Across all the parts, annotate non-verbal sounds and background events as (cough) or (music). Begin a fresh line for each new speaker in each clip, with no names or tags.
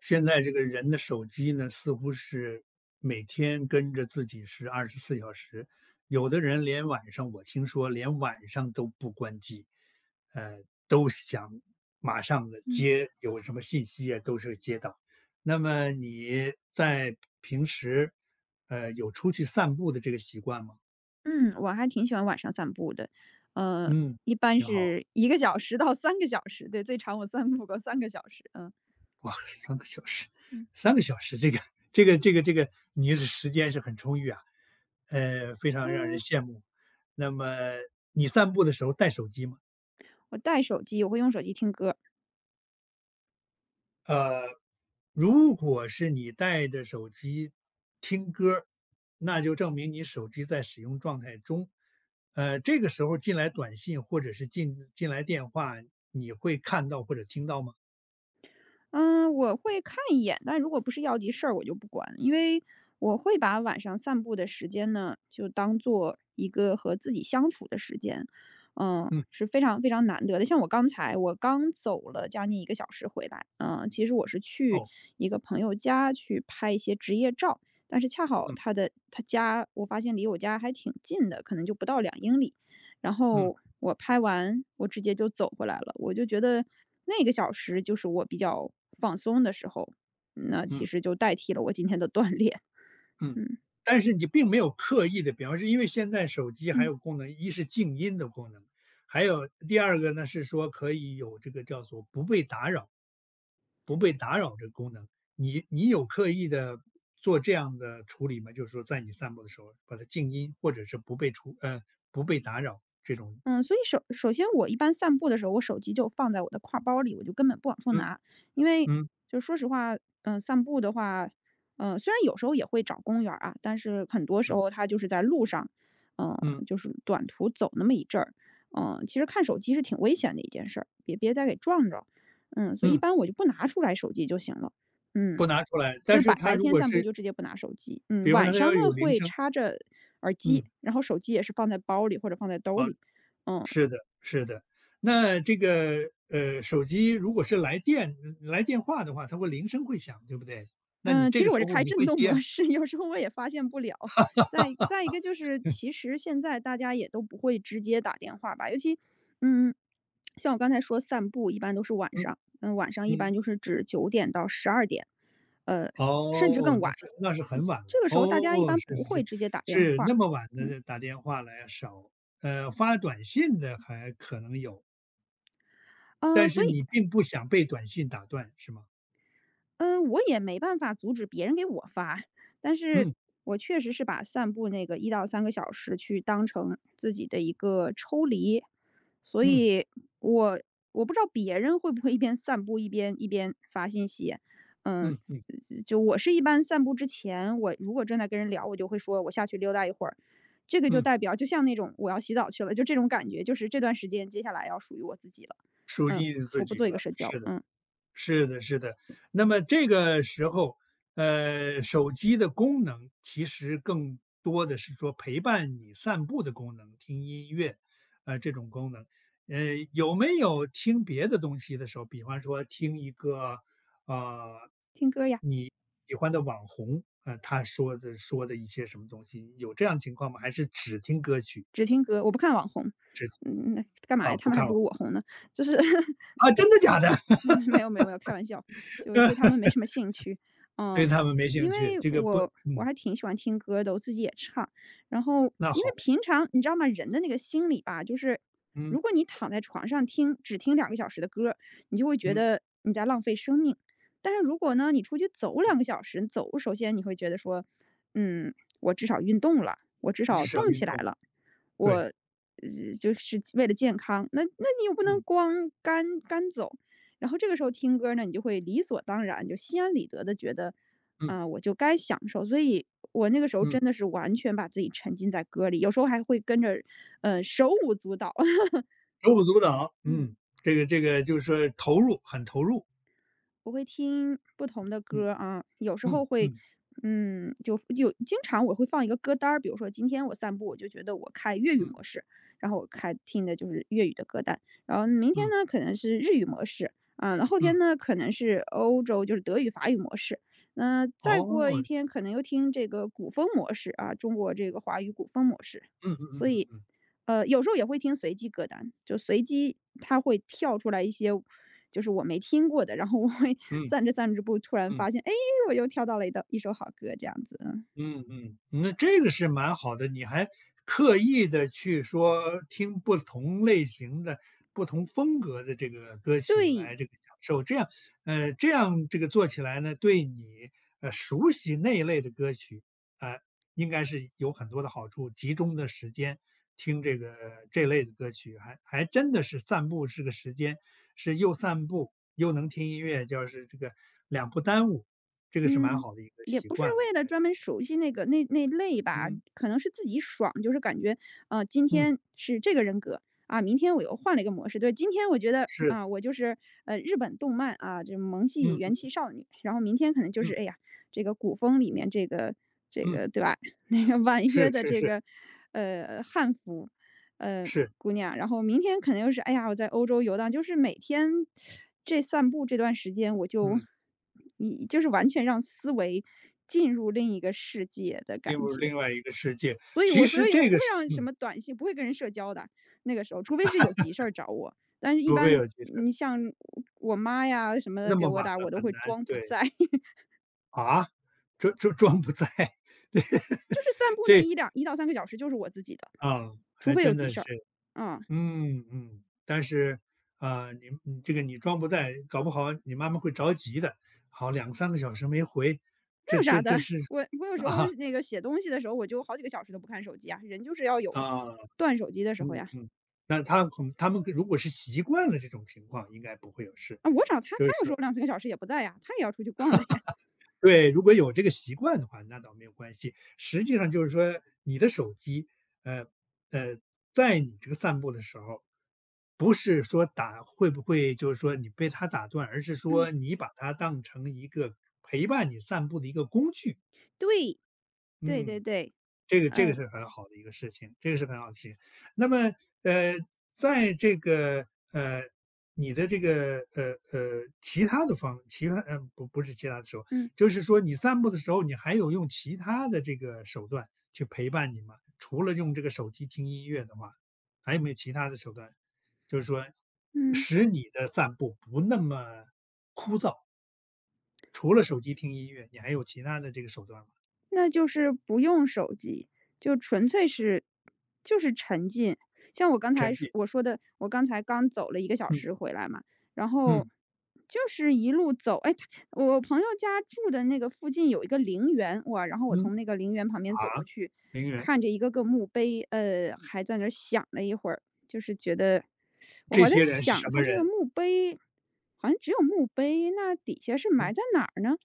现在这个人的手机呢，似乎是每天跟着自己是24小时，有的人连晚上，我听说连晚上都不关机，呃，都想马上的
嗯
接有什么信息啊，都是接到。那么你在平时，有出去散步的这个习惯吗？
嗯，我还挺喜欢晚上散步的，呃，
嗯，
一般
挺好。
是一个小时到三个小时，对，最长我散步过三个小时，嗯。
哇三个小时
嗯。
三个小时，这个，你是时间是很充裕啊，非常让人
嗯，
羡慕。那么你散步的时候带手机吗？
我带手机，我会用手机听歌。
呃，如果是你带着手机听歌儿，那就证明你手机在使用状态中。这个时候进来短信或者是进来电话，你会看到或者听到吗？
嗯，我会看一眼，但如果不是要急事儿，我就不管，因为我会把晚上散步的时间呢，就当做一个和自己相处的时间，
嗯，
是非常非常难得的。像我刚才，我刚走了将近一个小时回来，其实我是去
哦，
一个朋友家去拍一些职业照，但是恰好
嗯
他家，我发现离我家还挺近的，可能就不到两英里，然
嗯
后我拍完，我直接就走回来了。我就觉得那个小时就是我比较放松的时候，那其
嗯。
实就代替了我今天的锻炼。
嗯，
嗯
但是你并没有刻意的，比方说，因为现在手机还
嗯。
有功能，一是静音的功能，还有第二个呢是说可以有这个叫做不被打扰这个功能，你有刻意的做这样的处理吗？就是说在你散步的时候把它静音，或者是不被打扰这种。
嗯，所以首先我一般散步的时候，我手机就放在我的挎包里，我就根本不往出
嗯，
拿。因为
嗯，
就说实话，散步的话，虽然有时候也会找公园儿啊，但是很多时
嗯，
候它就是在路上，嗯，
嗯，
就是短途走那么一阵儿，其实看手机是挺危险的一件事儿，别再给撞着，所以一
嗯，
般我就不拿出来手机就行了，嗯，
不拿出来，
就
但
是
是
白
它
白
如
天
果
散步
是
就直接不拿手机，
比方说
晚
它
上
要
呢
有铃
会
声。
插着耳机，
嗯，
然后手机也是放在包里或者放在兜
往。
里。嗯，
是的，是的。那这个手机如果是来电话的话，它会铃声会响，对不对？那你
嗯，其
这
实
个
我
时
是
候
开
你
震
会
动
接啊。
模式，有时候我也发现不了。再一个就是，其实现在大家也都不会直接打电话吧，尤其，嗯，像我刚才说散步一般都是晚
嗯
上，晚上一般
嗯。
就是指9点到12点，呃，甚至
哦，
更
那
晚。
是那是很晚
这
了。
个时候大家一
哦，
般
是
不
是
会
是，
直接打电
是
话，
那么晚
嗯，
的打电话来啊少，发短信的还可能有，
啊，
但
所
是
以
你并不想被短信打断，是吗？
嗯，我也没办法阻止别人给我发，但是
嗯
我确实是把散步那个一到三个小时去当成自己的一个抽离。所
嗯
以我我不知道别人会不会一边散步一边发信息。嗯，
嗯嗯
就我是一般散步之前，我如果正在跟人聊，我就会说我下去溜达一会儿。这个就
嗯，
代表就像那种我要洗澡去了，就这种感觉，就是这段时间接下来要属于我自己了。
属于
嗯，
你
我
自
不
己
做一个
了，
社交，
是的。
嗯，
是的，是的。那么这个时候，手机的功能其实更多的是说陪伴你散步的功能，听音乐，这种功能。呃，有没有听别的东西的时候，比方说听一个呃
听歌呀。
喜欢的网红，他说的一些什么东西，有这样情况吗？还是只听歌曲。
只听歌，我不看网红，那干嘛
啊，
呀？他
不
们还
看
不
网
如我
红。
红呢。就是 (laughs)
啊？真的假的？(laughs)
没有没有没有，开玩笑，就是对他们没什么兴趣。
对
嗯，
他们没
因
兴
为
趣，这个不，
我
嗯，
还挺喜欢听歌的，我自己也唱。然后
那
因为
好，
平常你知道吗，人的那个心理吧，就是
嗯
如果你躺在床上只听两个小时的歌，你就会觉
嗯
得你在浪费生命。但是如果呢，你出去走
嗯，
两个小时，走，首先你会觉得说，嗯，我至少运动了，我至
日
少
常
动起
运
来
动，
了。
对。
我就是为了健康，那你又不能
嗯
光干走。然后这个时候听歌呢，你就会理所当然，就心安理得的觉得，
嗯
啊、我就该享受。所以我那个时候
嗯，
真的是完全把自己沉浸在歌里，有时候还会跟着，手舞足蹈。(laughs)
手舞足蹈，
嗯。
嗯，这个就是说投入，很投入，
我会听不同的
嗯
歌儿啊，有时候
嗯
会，
嗯
就有经常我会放一个歌单儿，比如说今天我散步，我就觉得我开粤语
嗯
模式，然后我开听的就是粤语的歌单，然后明天
嗯
呢可能是日语模式，啊，那后天
嗯，
呢可能是欧洲就是德语法语模式，那再过一
哦，
天可能又听这个古风模式啊，中国这个华语古风模式，
嗯嗯嗯
所
嗯
以
嗯
有时候也会听随机歌单，就随机它会跳出来一些就是我没听过的，然后我会 (laughs)
嗯
散着散着步，突然
嗯。
发现，哎，我又跳到了一首好歌，这样子，嗯，
嗯嗯，那这个是蛮好的，你还刻意的去说听不同类型的、不同风格的这个歌曲
对。
来这个享受，这样，这样这个做起来呢，对你，熟悉那一类的歌曲，呃，应该是有很多的好处，集中的时间听这个这类的歌曲，还真的是散步是个时间，是又散步又能听音乐，就是这个两不耽误，这个是蛮
嗯，
好的一个
也
习
不是
惯，应
为了
该
专
是，
门熟悉那个那类吧，
嗯。
可能是自己爽，就是感觉，今
嗯，
天是这个人格啊，明天我又换了一个模式。对，今天我觉得
是，
啊，我就是日本动漫啊，这萌系
嗯
元气
嗯
少女，然后明天可能就
嗯
是哎呀，这个古风里面这个这
嗯，嗯，
个对吧？(laughs) 那个婉约
是
的
是
这
是
个汉服呃，
是，
姑娘，然后明天肯定是，哎呀，我在欧洲游荡，就是每天这散步这段时间，我就
嗯，
你就是完全让思维进入另一个世界的感
进入
觉。
另外一个世界。
所以我
其
所
实
以我
这
不
个
会
是，
让什
嗯，
么短信，不会跟人社交的，那个时候，除非是有急事儿找我，但是一
除非
般
有急事，
你像我妈呀什么的
那
给
么
我
晚
打，
了
我都
很
会
难，
装不
对，
在，(laughs)
啊？装不在，(laughs)
就是散步那
这
一到三个小时就是我自己的，
啊，
除
还
非有
真
急
的
事儿，
是，
嗯。
嗯嗯。但是，啊，你这个你装不在，搞不好你妈妈会着急的，好两三个小时没回，
(laughs)
这
有啥
这
的，
这是
我有时候
啊
那个写东西的时候，我就好几个小时都不看手机啊，人就是要有
啊。
断手机的时候
嗯
呀。
嗯，那他们如果是习惯了这种情况，应该不会有事。
啊，我找他，
所
他
以
有时
说，
候两三个小时也不在呀，他也要出去逛的呀。
对，如果有这个习惯的话，那倒没有关系。实际上就是说，你的手机，呃呃，在你这个散步的时候，不是说会不会，就是说你被它打断，而是
嗯，
说你把它当成一个陪伴你散步的一个工具。
对，对对
嗯。
对，
这个
嗯，
是很好的一个事情，这个是很好的事情。那么，呃，在这个呃你的这个不是其他的时候，
嗯，
就是说你散步的时候，你还有用其他的这个手段去陪伴你吗？除了用这个手机听音乐的话，还有没有其他的手段？就是说，
嗯。
使你的散步不那么枯燥。除了手机听音乐，你还有其他的这个手段吗？
那就是不用手机，就纯粹是就是沉浸。像我刚才
沉
说
浸，
我说的，我刚才刚走了一个小
嗯
时回来嘛，然后
嗯
就是一路走，哎，我朋友家住的那个附近有一个陵园，哇，然后我
嗯，
从那个陵园旁边
啊，
走过去，
零元。
看着一个个墓碑，还在那儿想了一会儿，就是觉得我
这
还在
些人是
想
什么
它这个
人？
墓碑好像只有墓碑，那底下是埋
嗯，
在哪儿呢？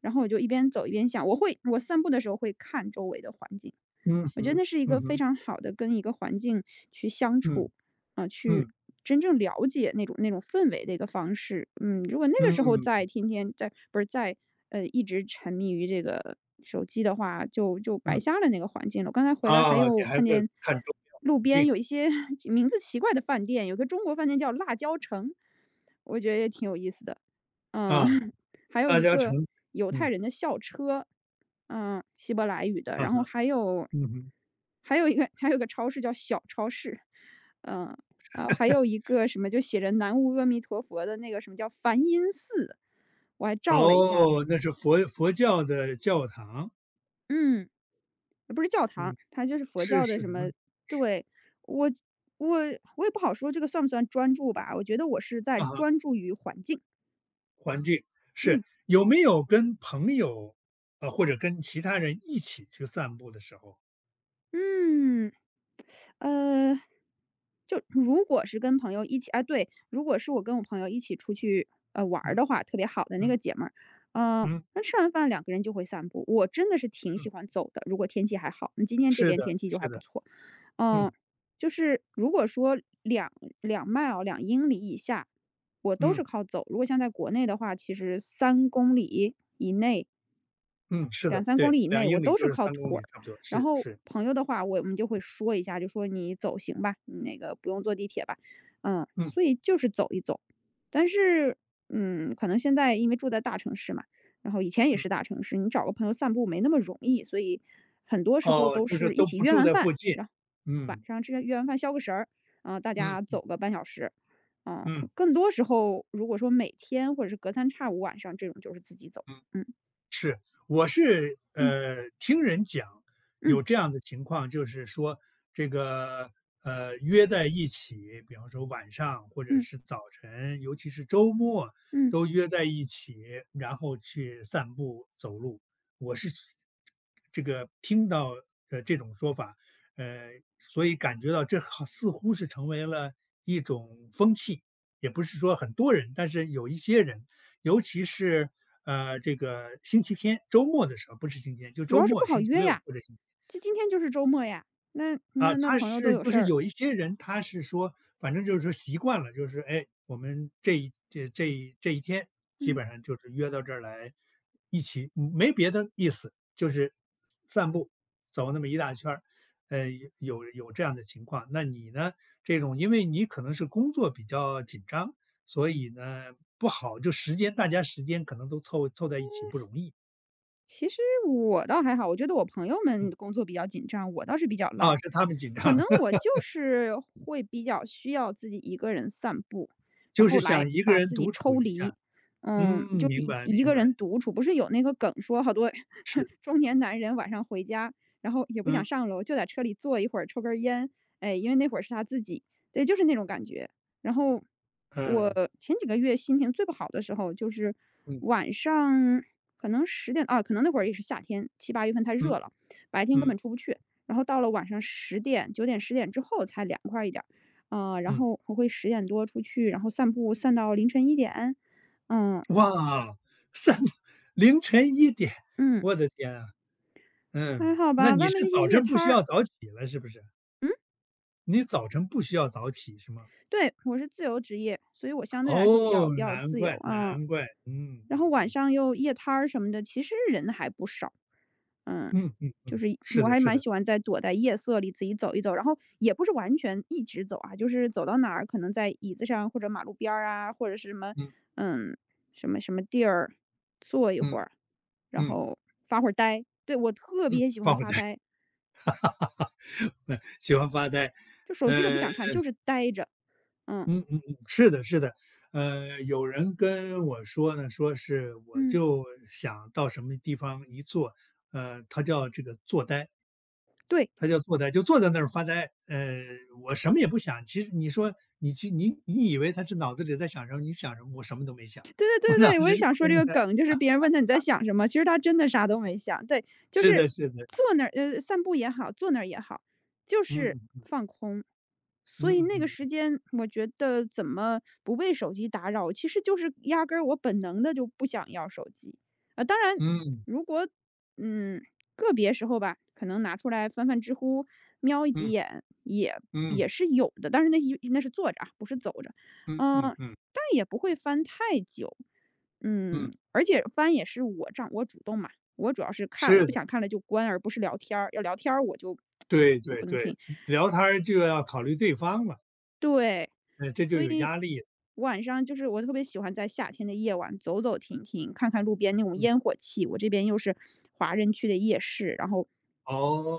然后我就一边走一边想，我散步的时候会看周围的环境，
嗯
我觉得
哼，
那是一个
嗯
非
哼，
常好的跟一个环境去相处，
嗯，
啊、去
嗯，
真正了解那种氛围的一个方式。嗯，如果那个时候再
嗯，
天天在不是在呃一直沉迷于这个手机的话，就白
嗯，
瞎了那个环境了。我刚才回来还
啊，你
有
还
看
会
见
看周边
路
环
边
境，
有一些 (laughs) 名字奇怪的饭店，有个中国饭店叫辣椒城，我觉得也挺有意思的。嗯，
啊，
(laughs) 还有
大
一
家成。
个犹太
嗯，
人的校车，嗯，希伯来语的，
啊
然后
哈，
还有
嗯哼，
还有一个还有一个超市叫小超市，嗯，然后还有一个什么就写着"南无阿弥陀佛"的那个什么叫梵音寺，我还照了一下，
哦，那是佛教的教堂，
嗯，不是教堂，
嗯，
它就是佛
是
教的
是
什
什么？
么，对，我我我也不好说这个算不算专注吧，我觉得我是在
啊哈，
专注于环境，
环境，
嗯
是，有没有跟朋友，啊，或者跟其他人一起去散步的时候？
嗯。呃，就如果是跟朋友一起哎，对，如果是我跟我朋友一起出去，玩儿
嗯，
的话，特别好的那个
嗯，
姐们儿，
嗯，
那吃完饭两个人就会散步，我真的是挺喜
嗯，
欢走的，如果天气还好，那今天这
是
边
的，
天气就还
是
不
的，
错。嗯，
嗯，
就是如果说两两 m i l e 两英里以下，我都是
嗯。
靠走，如果像在国内的话，其实三公里以内
嗯，是
两
的，
三公
对，
里以
两
内，我
英里
都
就
是
是
靠
三公
腿
里
儿。
差不多，
然
是
后
是，
朋友的话，我们就会说一下，就说你走行吧，你那个不用坐地铁吧，
嗯
所以就是走一走。但是，可能现在因为住在大城市嘛，然后以前也
嗯，
是大城市，你找个朋友散步没那么容易，所以很多时候
哦，
都
就是
是一
都
起
不
约
住
完
在
饭，
附近，
然后晚
嗯
上吃约完饭消个食，儿，啊、大
嗯
家走
嗯
个半小时，啊、
嗯
更多时候如果说每天或者是隔三差五晚上这种就是自己走，
嗯。
嗯
是，我是
嗯
听人讲有
嗯
这样的情况，就是说这个约在一起，比方说晚上或者
嗯。
是早晨，尤其是周末
嗯，
都约在一起，然后去散步走路。我是这个听到这种说法，呃，所以感觉到这好似乎是成为了一种风气，也不是说很多人，但是有一些人尤其是，这个星期天周末的时候，不是星期天，就
主
周
要是不
末
好
星期
约
六
呀，
或者星期。
这今天就是周末呀，那
啊，
那那
他
朋友都
是
有
就
事
是
儿。
有一些人，他是说，反正就是说习惯了，就是哎，我们这一天基
嗯，
本上就是约到这儿来一起，嗯，没别的意思，就是散步走那么一大圈儿，呃，有这样的情况。那你呢？这种因为你可能是工作比较紧张，所以呢不好，就大家时间可能都凑凑在一起不容易。
其实我倒还好，我觉得我朋友们
嗯，
工作比较紧张，我倒是比较浪。
啊，是他们紧
可
张，
能我
(laughs)
就是会比较需要自己一个人散步，然
就
后
是
来
想一个
把
人
自己
独处
抽
一
离，
下。嗯，
就
明
一
白
一
明
个人
白。
独处。不是有那个梗说，好多
是，
(laughs) 中年男人晚上回家，然后也不想
嗯，
上楼，就在车里坐一会儿，抽根儿烟，哎，因为那会儿是他自己，对，就是那种感觉。然后我
嗯，
前几个月心情最不好的时候，就是
嗯。
晚上可能十点啊，可能那会儿也是夏天，七八月份太
嗯，
热了，白天根本
嗯，
出不去。然后到了晚上10点、9点、10点之后才凉快一点儿。啊然
嗯，
后我会10点多出去，然后散步散到凌晨1点。嗯，
哇，三凌晨1点，
嗯，
我的天啊，嗯，
还好
那
吧，
你
外面
是
那些
早
夜
晨不
摊
需
儿
要早起了是不是？
嗯？
你早晨不需要早起是吗？
对，我是自由职业，所以我相对来说比较
哦，
比较
难
自由
怪，
啊。
难怪，嗯，
然后
嗯，
晚
嗯，
上又夜摊儿什么的，其实人还不少。嗯，
嗯，嗯，
就
嗯，
是
是
我
的，
还
是
蛮
的，
喜欢在躲在夜色里自己走一走，然后也不是完全一直走啊，就是走到哪儿可能在椅子上或者马路边儿啊，或者是什么
嗯，
嗯什么什么地儿坐一会
嗯，
儿，然
嗯，
后发会儿呆。对我特别喜
发
欢
会
发
呆，
呆，
(laughs) 喜欢发呆，
就手机都不
呃
想看，就是呆着。嗯
嗯嗯嗯，是的，是的。有人跟我说呢，说是我
嗯，
就想到什么地方一坐，他叫这个坐呆，
对，
他叫坐呆，就坐在那儿发呆。我什么也不想。其实你说你以为他是脑子里在想什么？你想什么？我什么都没想，
对对
我
对
脑
对，
子
我也
是
想说这
空
个
的。
梗，就是别人问他你在想什么，其实他真的啥都没想。对，就
是
是
的，是的，
坐那儿，散步也好，坐那儿也好，就是
嗯
放空。所以
嗯
那个
嗯
时间，我觉得怎么不被手机打扰，其实就是压根儿我本能的就不想要手机。当然，
嗯
如果嗯个别时候吧，可能拿出来翻翻知乎，瞄一
嗯
几
嗯
眼也
嗯
也是有的，但是那是坐着啊，不是走着。
嗯
嗯，
嗯
但也不会翻太久。嗯，
嗯，
而且翻也是我主动嘛，我主要是看，我
是
不
的，
想看了就关，而不是聊天儿。要聊天儿我就
对
(tsk) 就不
对
能
对，
听。
聊天儿就要考虑对方了，
对，
这就
所
有
以
压力。
晚上就是我特别喜欢在夏天的夜晚走走停停，看看路边那种
嗯。
烟火气。我这边又是华人区的夜市，然后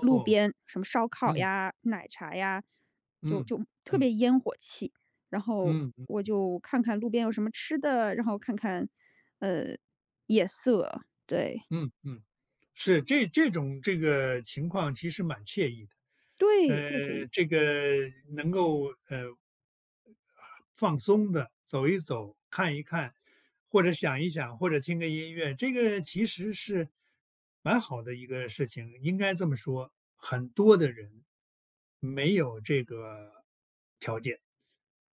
路边什么烧烤
嗯
呀、奶茶呀，就
嗯
就特
嗯
别烟火气。然后
嗯嗯
我就看看路边有什么吃的，然后看看呃夜色，对
嗯嗯，是这种这个情况其实蛮惬意的。
对，特别惬意。
这个能够放松的走一走、看一看，或者想一想，或者听个音乐，这个其实是蛮好的一个事情。应该这么说，很多的人没有这个条件，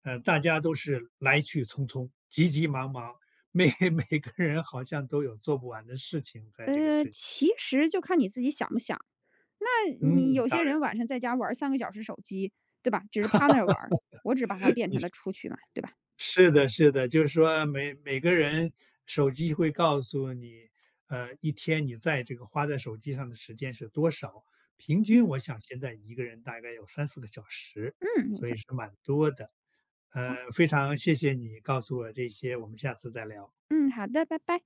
大家都是来去匆匆、急急忙忙，每 (laughs) 每个人好像都有做不完的事情在这个世界。
其实就看你自己想不想你
嗯，
有
当
些人
然，
晚上在家玩3个小时手机，对吧？只是趴那儿玩儿我只把它变成了
你
出去嘛，对吧？
是的，是的，就是说每个人手机会告诉你，一天你在这个花在手机上的时间是多少。平均
嗯，
我想现在一个人大概有三四个小时，
嗯，没
所以
错，
是蛮多的。
好，
非常谢谢你告诉我这些，我们下次再聊。
嗯，好的，拜拜。